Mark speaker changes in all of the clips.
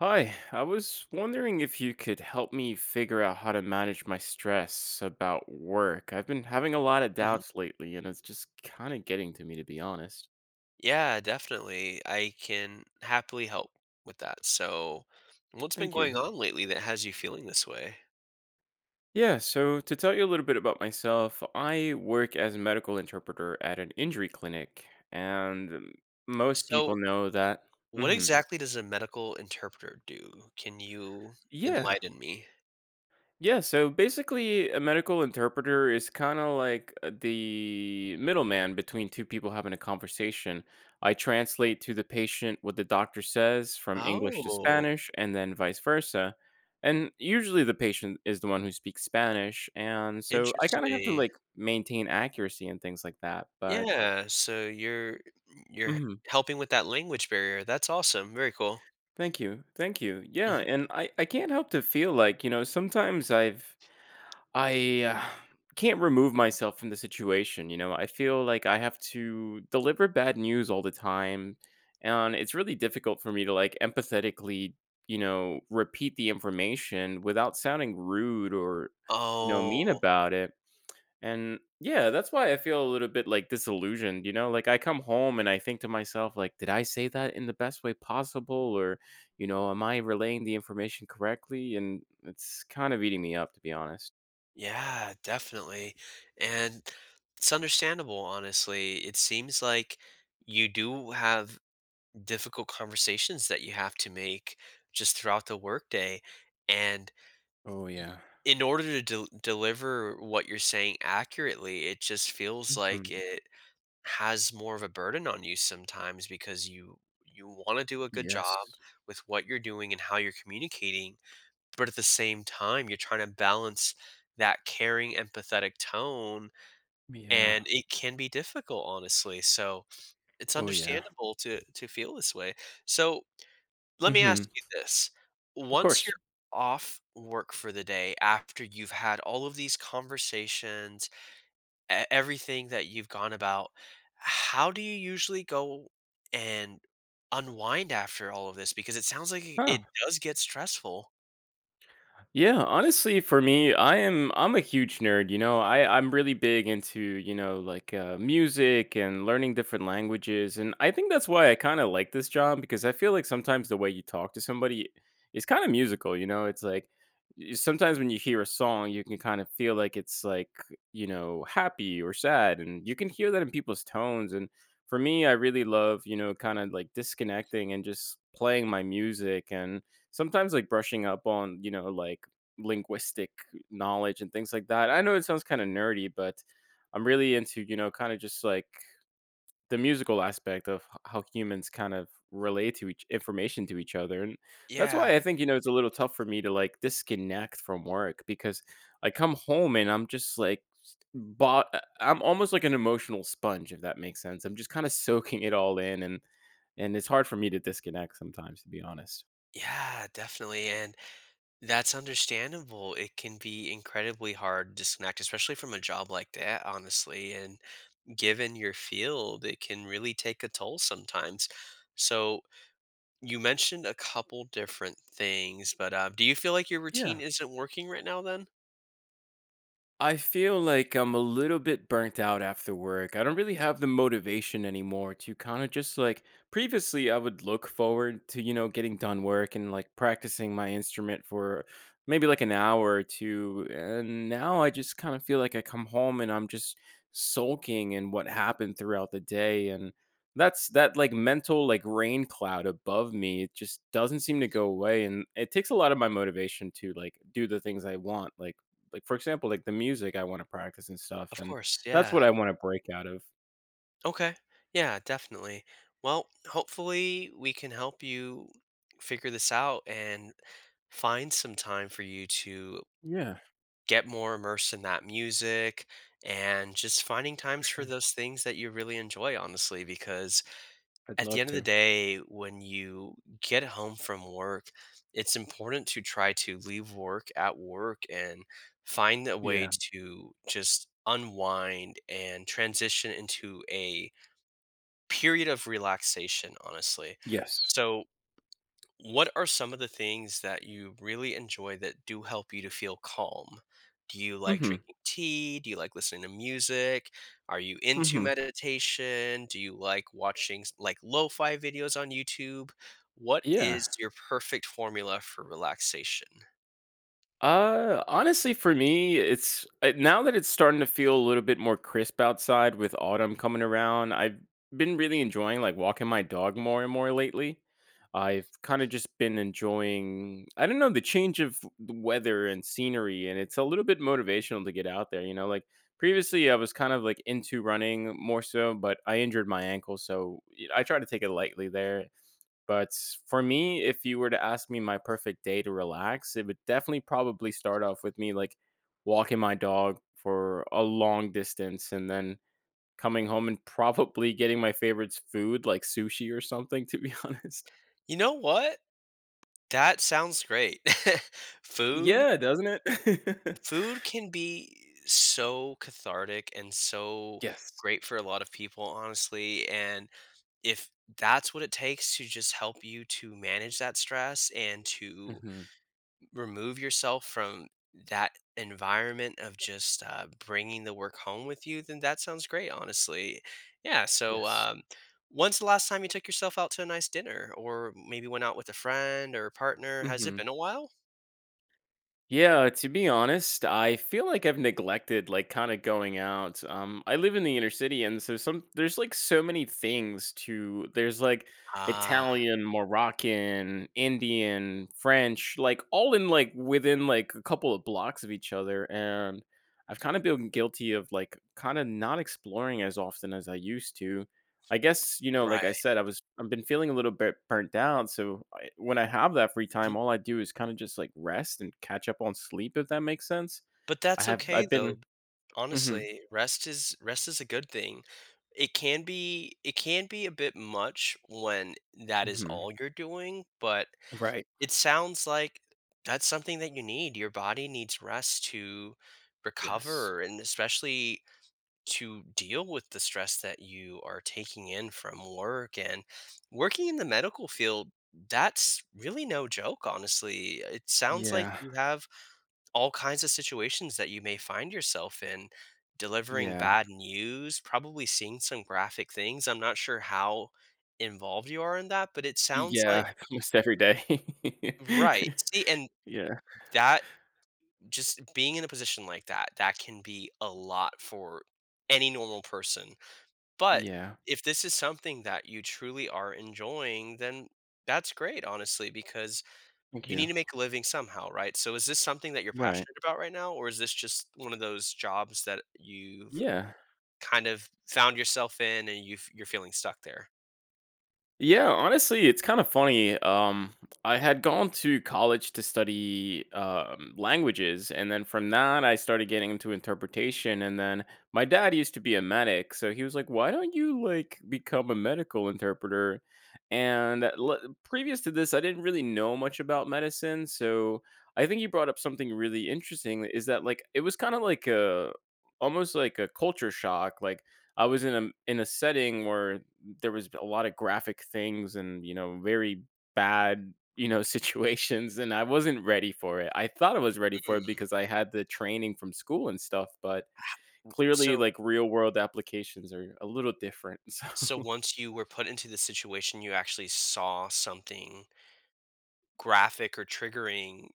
Speaker 1: Hi, I was wondering if you could help me figure out how to manage my stress about work. I've been having a lot of
Speaker 2: Mhm.
Speaker 1: doubts lately, and it's just kind of getting to me, to be honest.
Speaker 2: Yeah, definitely. I can happily help with that. So, what's been
Speaker 1: Thank you.
Speaker 2: going on lately that has you feeling this way?
Speaker 1: Yeah, so to tell you a little bit about myself, I work as a medical interpreter at an injury clinic, and most people
Speaker 2: So,
Speaker 1: know that.
Speaker 2: what
Speaker 1: Hmm.
Speaker 2: exactly does a medical interpreter do? Can you
Speaker 1: Yeah,
Speaker 2: enlighten me?
Speaker 1: Yeah, so basically, a medical interpreter is kind of like the middleman between two people having a conversation. I translate to the patient what the doctor says from English to
Speaker 2: Oh,
Speaker 1: Spanish and then vice versa. And usually, the patient is the one who speaks Spanish. And so I kind of have to
Speaker 2: interesting.
Speaker 1: like maintain accuracy and things like that. But
Speaker 2: Yeah, so you're
Speaker 1: mhm,
Speaker 2: helping with that language barrier. That's awesome. Very cool.
Speaker 1: thank you. Thank you. Yeah.
Speaker 2: Mhm.
Speaker 1: And I can't help to feel like, you know, sometimes I can't remove myself from the situation, you know? I feel like I have to deliver bad news all the time, and it's really difficult for me to, like, empathetically, you know, repeat the information without sounding rude or, you know, mean
Speaker 2: Oh,
Speaker 1: about it, and yeah, that's why I feel a little bit, like, disillusioned, you know? Like, I come home and I think to myself, like, "Did I say that in the best way possible?" Or, you know, "Am I relaying the information correctly?" And it's kind of eating me up, to be honest.
Speaker 2: yeah, definitely. And it's understandable, honestly. It seems like you do have difficult conversations that you have to make just throughout the workday. And
Speaker 1: Oh,
Speaker 2: y-
Speaker 1: yeah.
Speaker 2: in order to deliver what you're saying accurately, it just feels
Speaker 1: Mhm.
Speaker 2: like it has more of a burden on you sometimes because you want to do a good
Speaker 1: Yes.
Speaker 2: job with what you're doing and how you're communicating, but at the same time, you're trying to balance that caring, empathetic tone. Mhm.
Speaker 1: Yeah.
Speaker 2: And it can be difficult, honestly. So it's
Speaker 1: Oh, yeah.
Speaker 2: understandable to feel this way. So let me ask
Speaker 1: Mhm.
Speaker 2: you this:
Speaker 1: Of
Speaker 2: once
Speaker 1: course.
Speaker 2: you're off work for the day, after you've had all of these conversations, everything that you've gone about, how do you usually go and unwind after all of this? Because it sounds like
Speaker 1: Huh.
Speaker 2: it does get stressful.
Speaker 1: Yeah, honestly, for me, I'm a huge nerd. You know, I'm really big into, you know, like music and learning different languages, and I think that's why I kind of like this job because I feel like sometimes the way you talk to somebody is kind of musical. You know, it's like sometimes when you hear a song, you can kind of feel like it's like, you know, happy or sad, and you can hear that in people's tones. And for me, I really love, you know, kind of like disconnecting and just playing my music and sometimes like brushing up on, you know, like linguistic knowledge and things like that. I know it sounds kind of nerdy, but I'm really into, you know, kind of just like the musical aspect of how humans kind of relate to each information to each other. And that's
Speaker 2: Yeah.
Speaker 1: why I think, you know, it's a little tough for me to like disconnect from work because I come home and I'm just like, but I'm almost like an emotional sponge, if that makes sense. I'm just kind of soaking it all in, and it's hard for me to disconnect sometimes, to be honest.
Speaker 2: Yeah, definitely. And that's understandable. It can be incredibly hard to disconnect, especially from a job like that, honestly. And given your field, it can really take a toll sometimes. So you mentioned a couple different things, but do you feel like your routine
Speaker 1: Yeah.
Speaker 2: isn't working right now then?
Speaker 1: I feel like I'm a little bit burnt out after work. I don't really have the motivation anymore to kind of just like, previously I would look forward to, you know, getting done work and like practicing my instrument for maybe like an hour or two. And now I just kind of feel like I come home and I'm just sulking in what happened throughout the day, and that like mental like rain cloud above me, it just doesn't seem to go away, and it takes a lot of my motivation to like do the things I want, like, for example, like the music I wanna practice and stuff,
Speaker 2: Of
Speaker 1: and
Speaker 2: course.
Speaker 1: that's what
Speaker 2: Yeah.
Speaker 1: I wanna break out of.
Speaker 2: Okay. Yeah, definitely. Well, hopefully we can help you figure this out and find some time for you to
Speaker 1: Yeah,
Speaker 2: get more immersed in that music and just finding
Speaker 1: for
Speaker 2: times for
Speaker 1: sure.
Speaker 2: those things that you really enjoy, honestly, because
Speaker 1: I'd
Speaker 2: at the
Speaker 1: love
Speaker 2: end of the
Speaker 1: to.
Speaker 2: day, when you get home from work, it's important to try to leave work at work and find a way
Speaker 1: Yeah.
Speaker 2: to just unwind and transition into a period of relaxation, honestly.
Speaker 1: Yes.
Speaker 2: So, what are some of the things that you really enjoy that do help you to feel calm? Do you like
Speaker 1: Mhm.
Speaker 2: drinking tea? Do you like listening to music? Are you into
Speaker 1: Mhm.
Speaker 2: meditation? Do you like watching like lo-fi videos on YouTube? What
Speaker 1: Yeah.
Speaker 2: is your perfect formula for relaxation?
Speaker 1: Honestly, for me, it's, now that it's starting to feel a little bit more crisp outside with autumn coming around. I've been really enjoying like walking my dog more and more lately. I've kind of just been enjoying, I don't know, the change of the weather and scenery, and it's a little bit motivational to get out there. You know, like previously, I was kind of like into running more so, but I injured my ankle, so I try to take it lightly there. But for me, if you were to ask me my perfect day to relax, it would definitely probably start off with me like walking my dog for a long distance and then coming home and probably getting my favorite food like sushi or something, to be honest.
Speaker 2: You know what? That sounds great. Food,
Speaker 1: Yeah, doesn't it?
Speaker 2: food can be so cathartic and so
Speaker 1: Yes.
Speaker 2: great for a lot of people, honestly. And if that's what it takes to just help you to manage that stress and to
Speaker 1: Hmm.
Speaker 2: remove yourself from that environment of just bringing the work home with you, then that sounds great, honestly. Yeah. So,
Speaker 1: Yes.
Speaker 2: when's the last time you took yourself out to a nice dinner or maybe went out with a friend or a partner? Has it
Speaker 1: Hmm.
Speaker 2: been a while?
Speaker 1: Yeah, to be honest, I feel like I've neglected like kind of going out. Um, I live in the inner city, and so some there's like so many things to there's like
Speaker 2: Ah,
Speaker 1: Italian, Moroccan, Indian, French, like all in like within like a couple of blocks of each other, and I've kind of been guilty of like kind of not exploring as often as I used to. I guess, you know, like
Speaker 2: right.
Speaker 1: I said, I've been feeling a little bit burnt down, so I, when I have that free
Speaker 2: Mhm.
Speaker 1: time, all I do is kind of just like rest and catch up on sleep, if that makes sense.
Speaker 2: But that's okay
Speaker 1: I've been
Speaker 2: though.
Speaker 1: mhm,
Speaker 2: Honestly, rest is a good thing. It can be a bit much when that is
Speaker 1: mhm.
Speaker 2: all you're doing, but
Speaker 1: Right.
Speaker 2: it sounds like that's something that you need. Your body needs rest to
Speaker 1: Yes.
Speaker 2: recover and especially to deal with the stress that you are taking in from work and working in the medical field. That's really no joke, honestly. It sounds like
Speaker 1: Yeah.
Speaker 2: you have all kinds of situations that you may find yourself in, delivering
Speaker 1: Yeah.
Speaker 2: bad news, probably seeing some graphic things. I'm not sure how involved you are in that, but it sounds like
Speaker 1: Yeah, almost every day.
Speaker 2: Right. See, and
Speaker 1: Yeah.
Speaker 2: that just being in a position like that, that can be a lot for any normal person. But
Speaker 1: Yeah.
Speaker 2: if this is something that you truly are enjoying, then that's great, honestly, because
Speaker 1: Thank
Speaker 2: you need
Speaker 1: you.
Speaker 2: to make a living somehow, right? So is this something that you're
Speaker 1: Right.
Speaker 2: passionate about right now, or is this just one of those jobs that you've
Speaker 1: Yeah.
Speaker 2: kind of found yourself in and you're feeling stuck there?
Speaker 1: Yeah, honestly, it's kind of funny. I had gone to college to study languages, and then from that, I started getting into interpretation. And then my dad used to be a medic, so he was like, "Why don't you like become a medical interpreter?" And previous to this, I didn't really know much about medicine, so I think you brought up something really interesting. Is that like it was kind of like a, almost like a culture shock, like. I was in a setting where there was a lot of graphic things and, you know, very bad, you know, situations, and I wasn't ready for it. I thought I was ready for it
Speaker 2: Mm.
Speaker 1: because I had the training from school and stuff, but clearly
Speaker 2: So
Speaker 1: like real world applications are a little different. So
Speaker 2: so once you were put into the situation, you actually saw something graphic or triggering.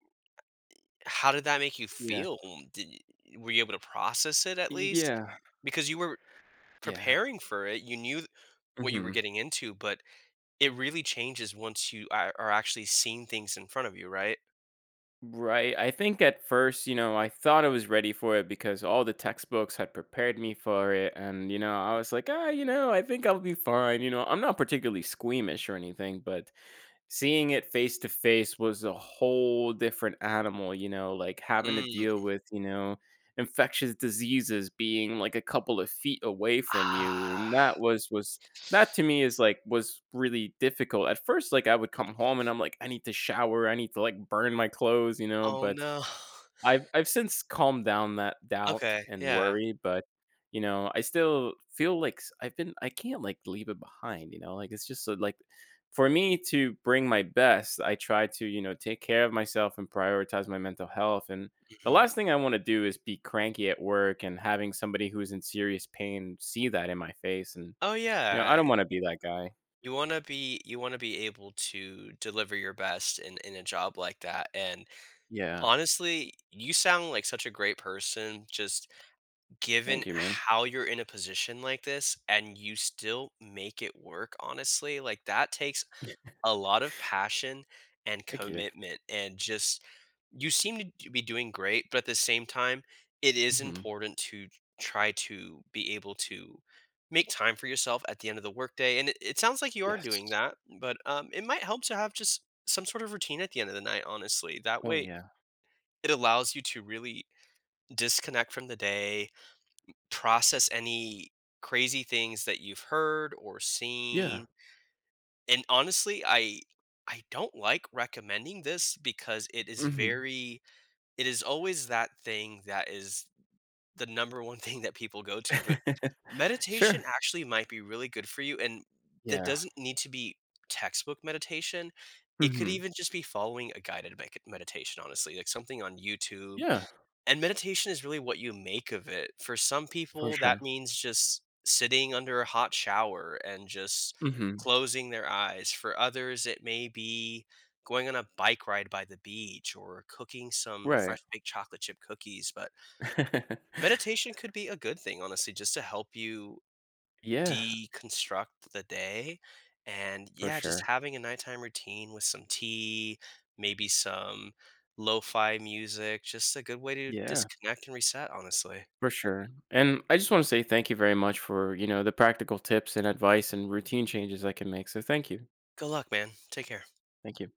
Speaker 2: How did that make you
Speaker 1: yeah.
Speaker 2: feel? Did Were you able to process it at least?
Speaker 1: Yeah.
Speaker 2: Because you were
Speaker 1: Yeah.
Speaker 2: preparing for it, you knew what you were
Speaker 1: Hmm.
Speaker 2: getting into, but it really changes once you are actually seeing things in front of you, right?
Speaker 1: Right. I think at first, you know, I thought I was ready for it because all the textbooks had prepared me for it. And, you know, I was like, ah, you know, I think I'll be fine. You know, I'm not particularly squeamish or anything, but seeing it face to face was a whole different animal, you know, like having to
Speaker 2: Mm.
Speaker 1: deal with, you know, infectious diseases being like a couple of feet away from you. And
Speaker 2: Ah.
Speaker 1: that was that to me is like was really difficult. At first, like I would come home and I'm like, I need to shower, I need to like burn my clothes, you know,
Speaker 2: Oh,
Speaker 1: but
Speaker 2: no.
Speaker 1: I've since calmed down that doubt
Speaker 2: Okay,
Speaker 1: and
Speaker 2: yeah.
Speaker 1: worry, but, you know, I still feel like s I've been I can't, like, leave it behind, you know? Like, it's just so, like, for me to bring my best, I try to, you know, take care of myself and prioritize my mental health, and the
Speaker 2: Mhm.
Speaker 1: last thing I wanna do is be cranky at work and having somebody who's in serious pain see that in my face, and,
Speaker 2: Oh,
Speaker 1: you know, I
Speaker 2: yeah.
Speaker 1: don't wanna be that guy.
Speaker 2: You wanna be able to deliver your best in a job like that, and
Speaker 1: Yeah.
Speaker 2: honestly, you sound like such a great person, just given
Speaker 1: Thank you, man.
Speaker 2: how you're in a position like this, and you still make it work, honestly, like, that takes a lot of passion and
Speaker 1: Thank you.
Speaker 2: commitment, and just you seem to be doing great, but at the same time, it is
Speaker 1: Mhm.
Speaker 2: important to try to be able to make time for yourself at the end of the workday, and it sounds like you are
Speaker 1: Yes.
Speaker 2: doing that, but, it might help to have just some sort of routine at the end of the night, honestly. That
Speaker 1: Oh,
Speaker 2: way,
Speaker 1: yeah.
Speaker 2: it allows you to really disconnect from the day, process any crazy things that you've heard or
Speaker 1: Yeah.
Speaker 2: seen. And honestly, I don't like recommending this because it is
Speaker 1: Mhm.
Speaker 2: very it is always that thing that is the number one thing that people go to, but
Speaker 1: Sure.
Speaker 2: meditation actually might be really good for you, and that
Speaker 1: Yeah.
Speaker 2: doesn't need to be textbook meditation. It could
Speaker 1: Mhm.
Speaker 2: even just be following a guided mec meditation, honestly, like something on YouTube,
Speaker 1: Yeah,
Speaker 2: and meditation is really what you make of it. For some
Speaker 1: for
Speaker 2: people, that
Speaker 1: sure.
Speaker 2: means just sitting under a hot shower and just
Speaker 1: Mhm.
Speaker 2: closing their eyes. For others, it may be going on a bike ride by the beach or cooking some
Speaker 1: Right.
Speaker 2: fresh baked chocolate chip cookies. But meditation could be a good thing, honestly, just to help you
Speaker 1: Yeah,
Speaker 2: deconstruct the day. And
Speaker 1: for
Speaker 2: yeah, just
Speaker 1: sure.
Speaker 2: having a nighttime routine with some tea, maybe some lo fi music, just a good way to
Speaker 1: Yeah,
Speaker 2: disconnect and reset, honestly.
Speaker 1: for sure. And I just wanna say thank you very much for, you know, the practical tips and advice and routine changes I can make, so thank you.
Speaker 2: Good luck, man. Take care.
Speaker 1: Thank you.